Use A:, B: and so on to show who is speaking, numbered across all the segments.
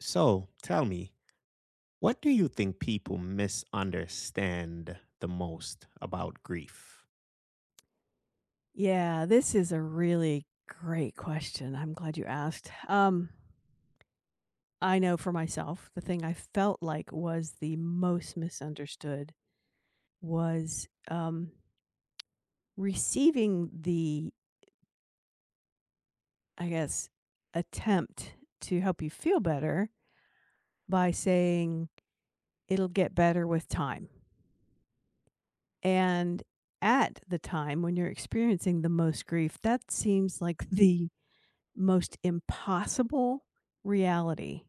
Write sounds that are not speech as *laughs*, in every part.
A: So tell me, what do you think people misunderstand the most about grief?
B: Yeah, this is a really great question. I'm glad you asked. I know for myself, the thing I felt like was the most misunderstood was receiving the, I guess, attempt to help you feel better by saying it'll get better with time. And at the time when you're experiencing the most grief, that seems like the most impossible reality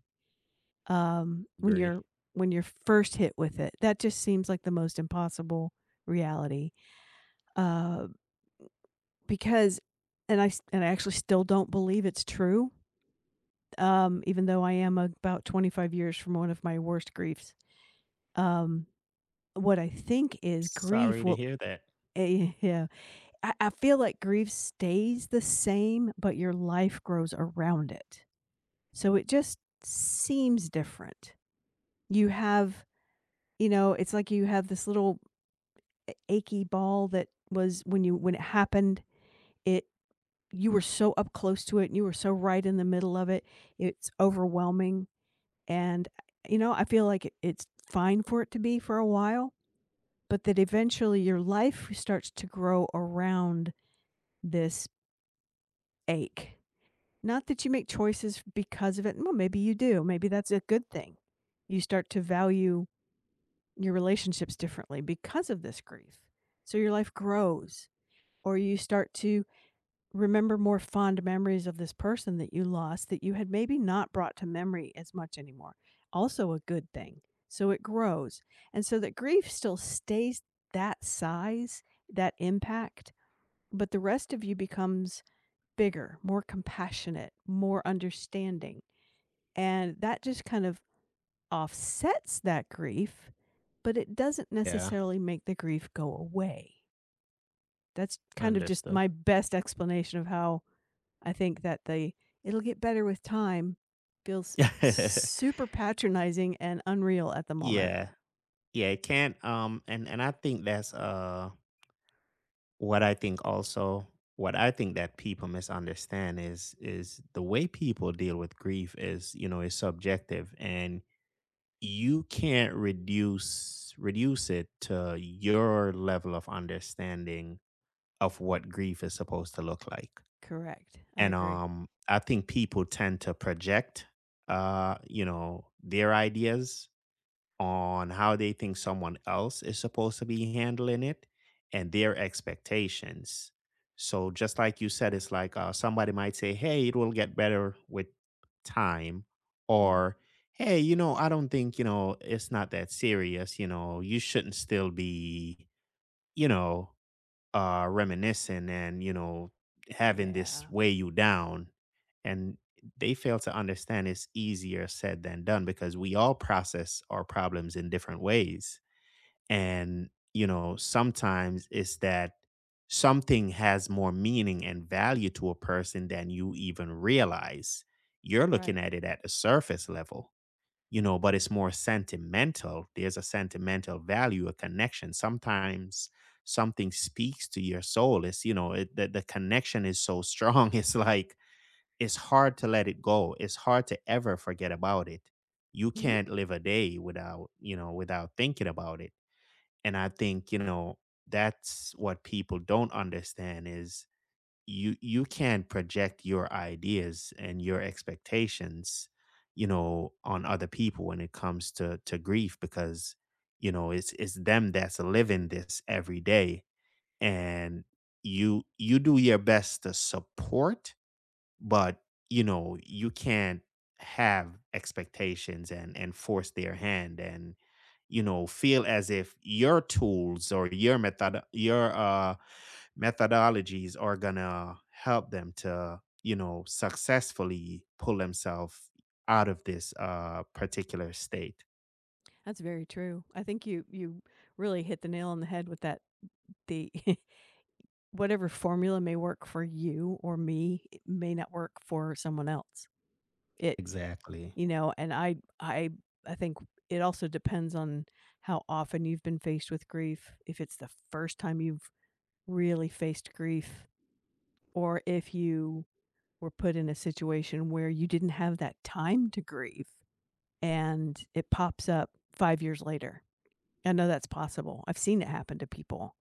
B: um, when
A: Agree.
B: you're when you're first hit with it. That just seems like the most impossible reality, uh, because and I actually still don't believe it's true, even though I am about 25 years from one of my worst griefs. Um, what I think is grief
A: Sorry to
B: will
A: hear that.
B: *laughs* yeah. I feel like grief stays the same, but your life grows around it. So it just seems different. You have it's like you have this little achy ball that was when you when it happened, it you were so up close to it and you were so right in the middle of it. It's overwhelming and I feel like it's fine for it to be for a while, but that eventually your life starts to grow around this ache. Not that you make choices because of it. Well, maybe you do. Maybe that's a good thing. You start to value your relationships differently because of this grief. So your life grows, or you start to remember more fond memories of this person that you lost that you had maybe not brought to memory as much anymore. Also a good thing. So it grows. And so that grief still stays that size, that impact, but the rest of you becomes bigger, more compassionate, more understanding. And that just kind of offsets that grief, but it doesn't
A: Yeah,
B: necessarily make the grief go away. That's kind of just
A: understood.
B: my best explanation of how I think that the "it'll get better with time"
A: *laughs*
B: feels
A: yeah.
B: super patronizing and unreal at the moment.
A: Yeah, it can't and I think that's what I think also what I think that people misunderstand is the way people deal with grief is, is subjective and you can't reduce it to your level of understanding of what grief is supposed to look like.
B: Correct. I
A: And
B: agree.
A: I think people tend to project their ideas on how they think someone else is supposed to be handling it and their expectations. So just like you said, it's like, somebody might say, hey, it will get better with time.
B: Mhm.
A: Or hey, I don't think, it's not that serious, you shouldn't still be, you know reminiscing, and having this
B: Yeah.
A: weigh you down. And they fail to understand it's easier said than done because we all process our problems in different ways. And sometimes it's that something has more meaning and value to a person than you even realize. You're looking
B: Right.
A: at it at the surface level, but it's more sentimental. There's a sentimental value, a connection. Sometimes something speaks to your soul. It's, the connection is so strong. *laughs* It's like, it's hard to let it go. It's hard to ever forget about it. You
B: Mhm.
A: can't live a day without, without thinking about it. And I think, that's what people don't understand is you can project your ideas and your expectations, on other people when it comes to grief. Because it's them that's living this every day. And you do your best to support, but you can't have expectations and force their hand. And feel as if your tools or your method, your methodologies are gonna help them to, successfully pull themselves out of this particular state.
B: That's very true. I think you really hit the nail on the head with that the *laughs* whatever formula may work for you or me it may not work for someone else. It
A: Exactly.
B: you know, and I I think it also depends on how often you've been faced with grief, if it's the first time you've really faced grief or if you were put in a situation where you didn't have that time to grieve and it pops up 5 years later. I know that's possible. I've seen it happen to people.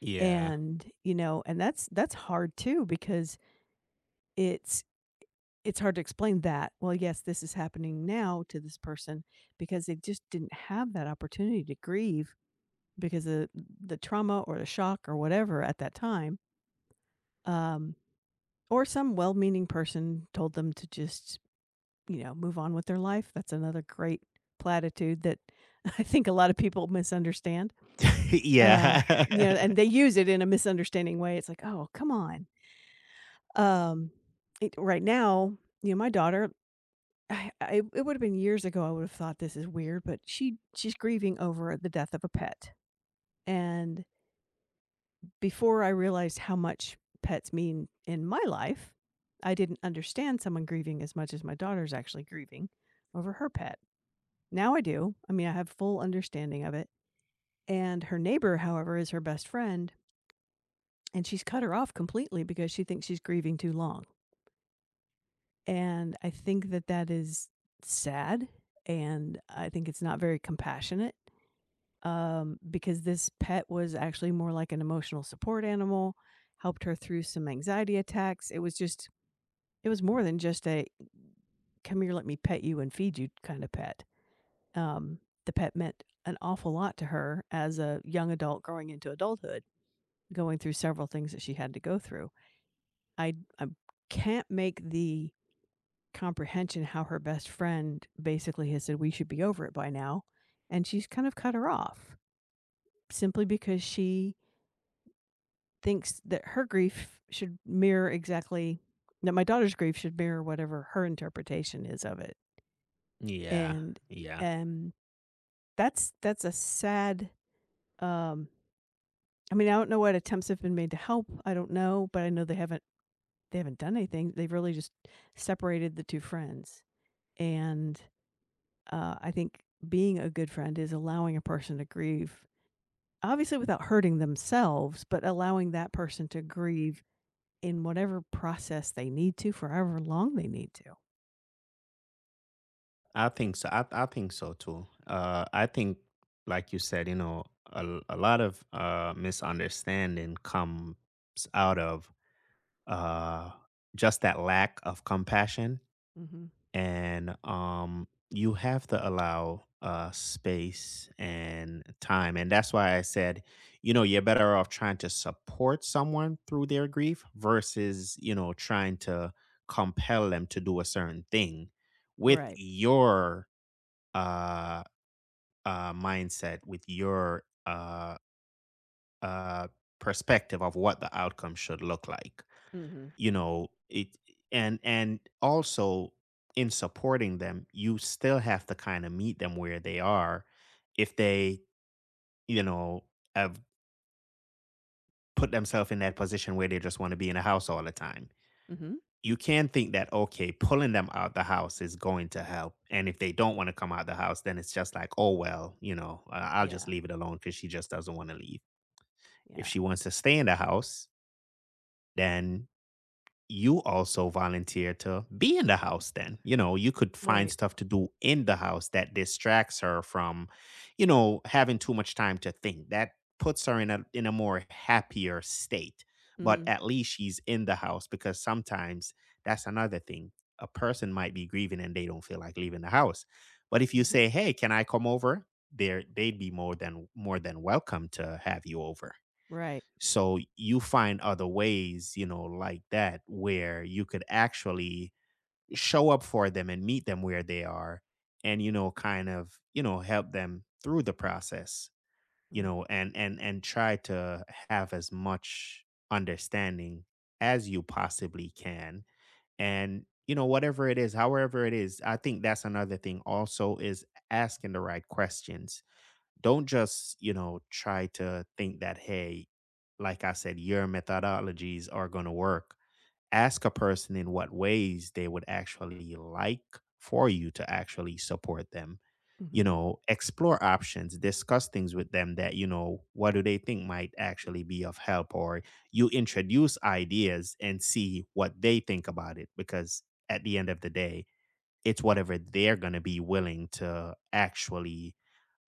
A: Yeah.
B: And, you know, and that's hard too because it's it's hard to explain that. Well, yes, this is happening now to this person because they just didn't have that opportunity to grieve because of the trauma or the shock or whatever at that time. Um, or some well-meaning person told them to just, you know, move on with their life. That's another great platitude that *laughs* I think a lot of people misunderstand.
A: *laughs*
B: You know,
A: yeah.
B: and they use it in a misunderstanding way. It's like, "Oh, come on." Um, it right now, you know, my daughter, I it would've been years ago, I would've thought this is weird, but she's grieving over the death of a pet, and before I realized how much pets mean in my life, I didn't understand someone grieving as much as my daughter's actually grieving over her pet. Now I do. I mean, I have full understanding of it, and her neighbor, however, is her best friend. And she's cut her off completely because she thinks she's grieving too long. And I think that that is sad. And I think it's not very compassionate because this pet was actually more like an emotional support animal, helped her through some anxiety attacks. It was just, it was more than just a come here, let me pet you and feed you kind of pet. Um, the pet meant an awful lot to her as a young adult growing into adulthood, going through several things that she had to go through. I can't make the comprehension how her best friend basically has said, "We should be over it by now," and she's kind of cut her off simply because she thinks that her grief should mirror exactly that my daughter's grief should mirror whatever her interpretation is of it.
A: *laughs* yeah.
B: And
A: Yeah,
B: and that's a sad um I mean, I don't know what attempts have been made to help. I don't know, but I know they haven't done anything. They've really just separated the two friends. And uh, I think being a good friend is allowing a person to grieve, obviously without hurting themselves, but allowing that person to grieve in whatever process they need to for however long they need to.
A: I think so too. I think, like you said, a lot of misunderstanding comes out of uh, just that lack of compassion.
B: Hmm.
A: And you have to allow, space and time. And that's why I said, you're better off trying to support someone through their grief versus, trying to compel them to do a certain thing with
B: Right.
A: your uh, mindset, with your uh, perspective of what the outcome should look like.
B: Hmm.
A: You know, it. And also, in supporting them, you still have to kind of meet them where they are. If they, you know, have put themselves in that position where they just want to be in a house all the time,
B: Hmm.
A: you can think that okay, pulling them out the house is going to help. And if they don't want to come out the house, then it's just like, oh well, you know, I- I'll just
B: Yeah.
A: leave it alone because she just doesn't want to leave. If
B: Yeah.
A: she wants to stay in the house, then you also volunteer to be in the house. Then you know, you could find
B: Right.
A: stuff to do in the house that distracts her from, you know, having too much time to think. That puts her in a more happier state. But
B: Mhm.
A: at least she's in the house. Because sometimes that's another thing. A person might be grieving and they don't feel like leaving the house, but if you
B: Mhm.
A: say, hey, can I come over, there they'd be more than welcome to have you over.
B: Right.
A: So you find other ways, like that, where you could actually show up for them and meet them where they are. And, kind of, help them through the process,
B: Mm.
A: and try to have as much understanding as you possibly can. And, whatever it is, however it is, I think that's another thing also is asking the right questions. Don't just try to think that, hey, like I said, your methodologies are going to work. Ask a person in what ways they would actually like for you to actually support them. you
B: Mhm.
A: know explore options, discuss things with them. That You know, what do they think might actually be of help? Or you introduce ideas and see what they think about it. Because at the end of the day, it's whatever they're going to be willing to actually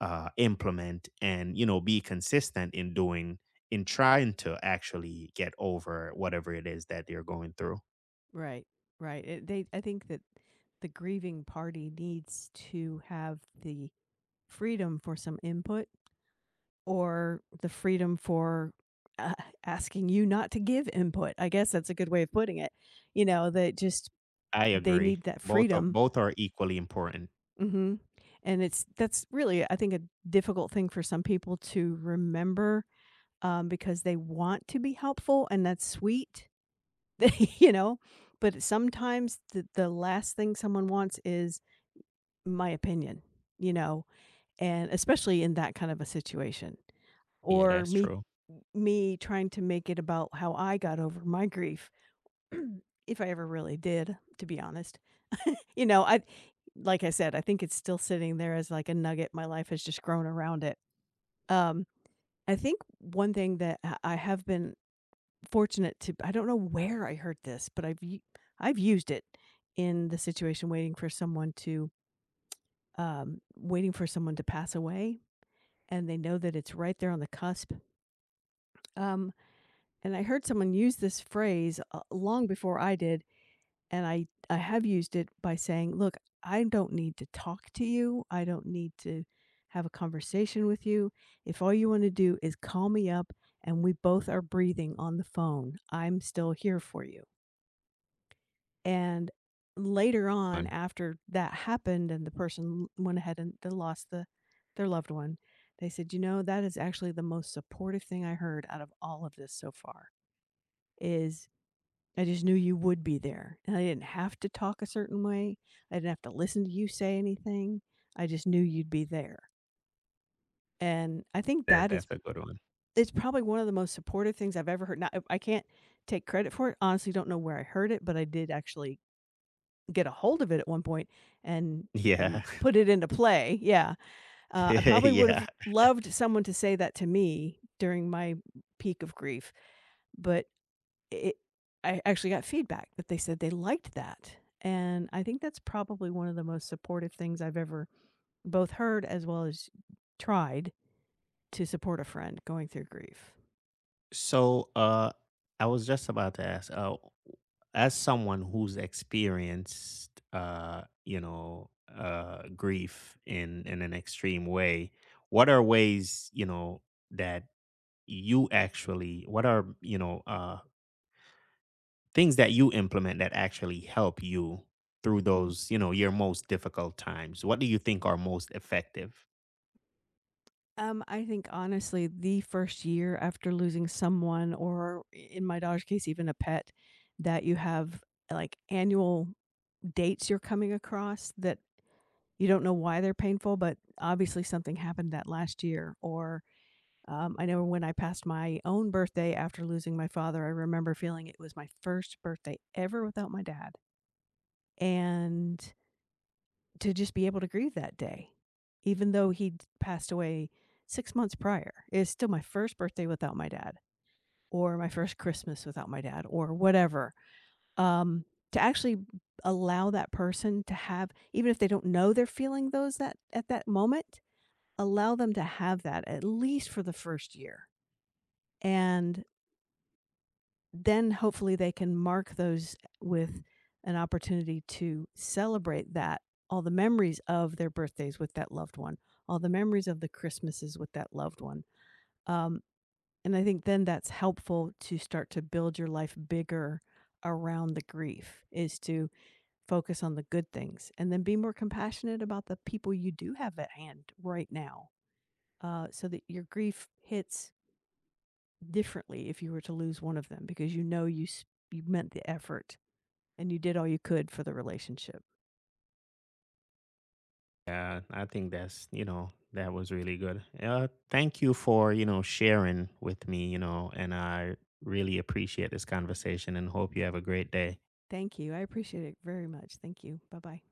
A: implement and, you know, be consistent in doing, in trying to actually get over whatever it is that you're going through.
B: Right. Right. It, they I think that the grieving party needs to have the freedom for some input or the freedom for uh, asking you not to give input. I guess that's a good way of putting it. You know, that just
A: I
B: they
A: agree.
B: need that
A: Both are,
B: freedom.
A: both are equally important.
B: Mhm. And it's that's really I think a difficult thing for some people to remember because they want to be helpful and that's sweet *laughs* you know? But sometimes the last thing someone wants is my opinion, you know? And especially in that kind of a situation
A: Yeah,
B: or
A: that's true.
B: me trying to make it about how I got over my grief, *clears throat* if I ever really did, to be honest. You know, I like I said, I think it's still sitting there as like a nugget. My life has just grown around it. Um, I think one thing that I have been fortunate to I don't know where I heard this, but I've used it in the situation waiting for someone to waiting for someone to pass away, and they know that it's right there on the cusp. Um, and I heard someone use this phrase long before I did, and I have used it by saying, "Look, I don't need to talk to you. I don't need to." Have a conversation with you. If all you want to do is call me up and we both are breathing on the phone, I'm still here for you. And later on,
A: One.
B: after that happened and the went ahead and they lost the their loved one, they said, "You know, that is actually the most supportive thing I heard out of all of this so far is I just knew you would be there. And I didn't have to talk a certain way. I didn't have to listen to you say anything. I just knew you'd be there." And I think
A: That,
B: that is
A: that's a good one.
B: it's probably one of the most supportive things I've ever heard. Now, I can't take credit for it. Honestly, don't know where I heard it, but I did actually get a hold of it at one point and and
A: Yeah.
B: put it into play. Yeah. I probably would
A: *laughs*
B: have
A: yeah.
B: loved someone to say that to me during my peak of grief, but it I actually got feedback that they said they liked that. And I think that's probably one of the most supportive things I've ever both heard as well as tried to support a friend going through grief?
A: So I was just about to ask, as someone who's experienced, grief in an extreme way, what are ways, that you actually, what are, things that you implement that actually help you through
B: Mm.
A: those, your most difficult times? What do you think are most effective?
B: I think honestly, the first year after losing someone or in my daughter's case, even a pet, that you have, like, annual dates you're coming across that you don't know why they're painful, but obviously something happened that last year. Or I know when I passed my own birthday after losing my father, I remember feeling it was my first birthday ever without my dad. And to just be able to grieve that day, even though he'd passed away 6 months prior, it was still my first birthday without my dad, or my first Christmas without my dad, or whatever. Um, to actually allow that person to have even if they don't know they're feeling those that at that moment allow them to have that at least for the first year. And then hopefully they can mark those with an opportunity to celebrate that, all the memories of their birthdays with that loved one, all the memories of the Christmases with that loved one. Um, and I think then that's helpful to start to build your life bigger around the grief is to focus on the good things and then be more compassionate about the people you do have at hand right now so that your grief hits differently if you were to lose one of them because you know you meant the effort and you did all you could for the relationship.
A: Yeah, I think that's, that was really good. Thank you for, sharing with me, and I really appreciate this conversation and hope you have a great day.
B: Thank you. I appreciate it very much. Thank you. Bye-bye.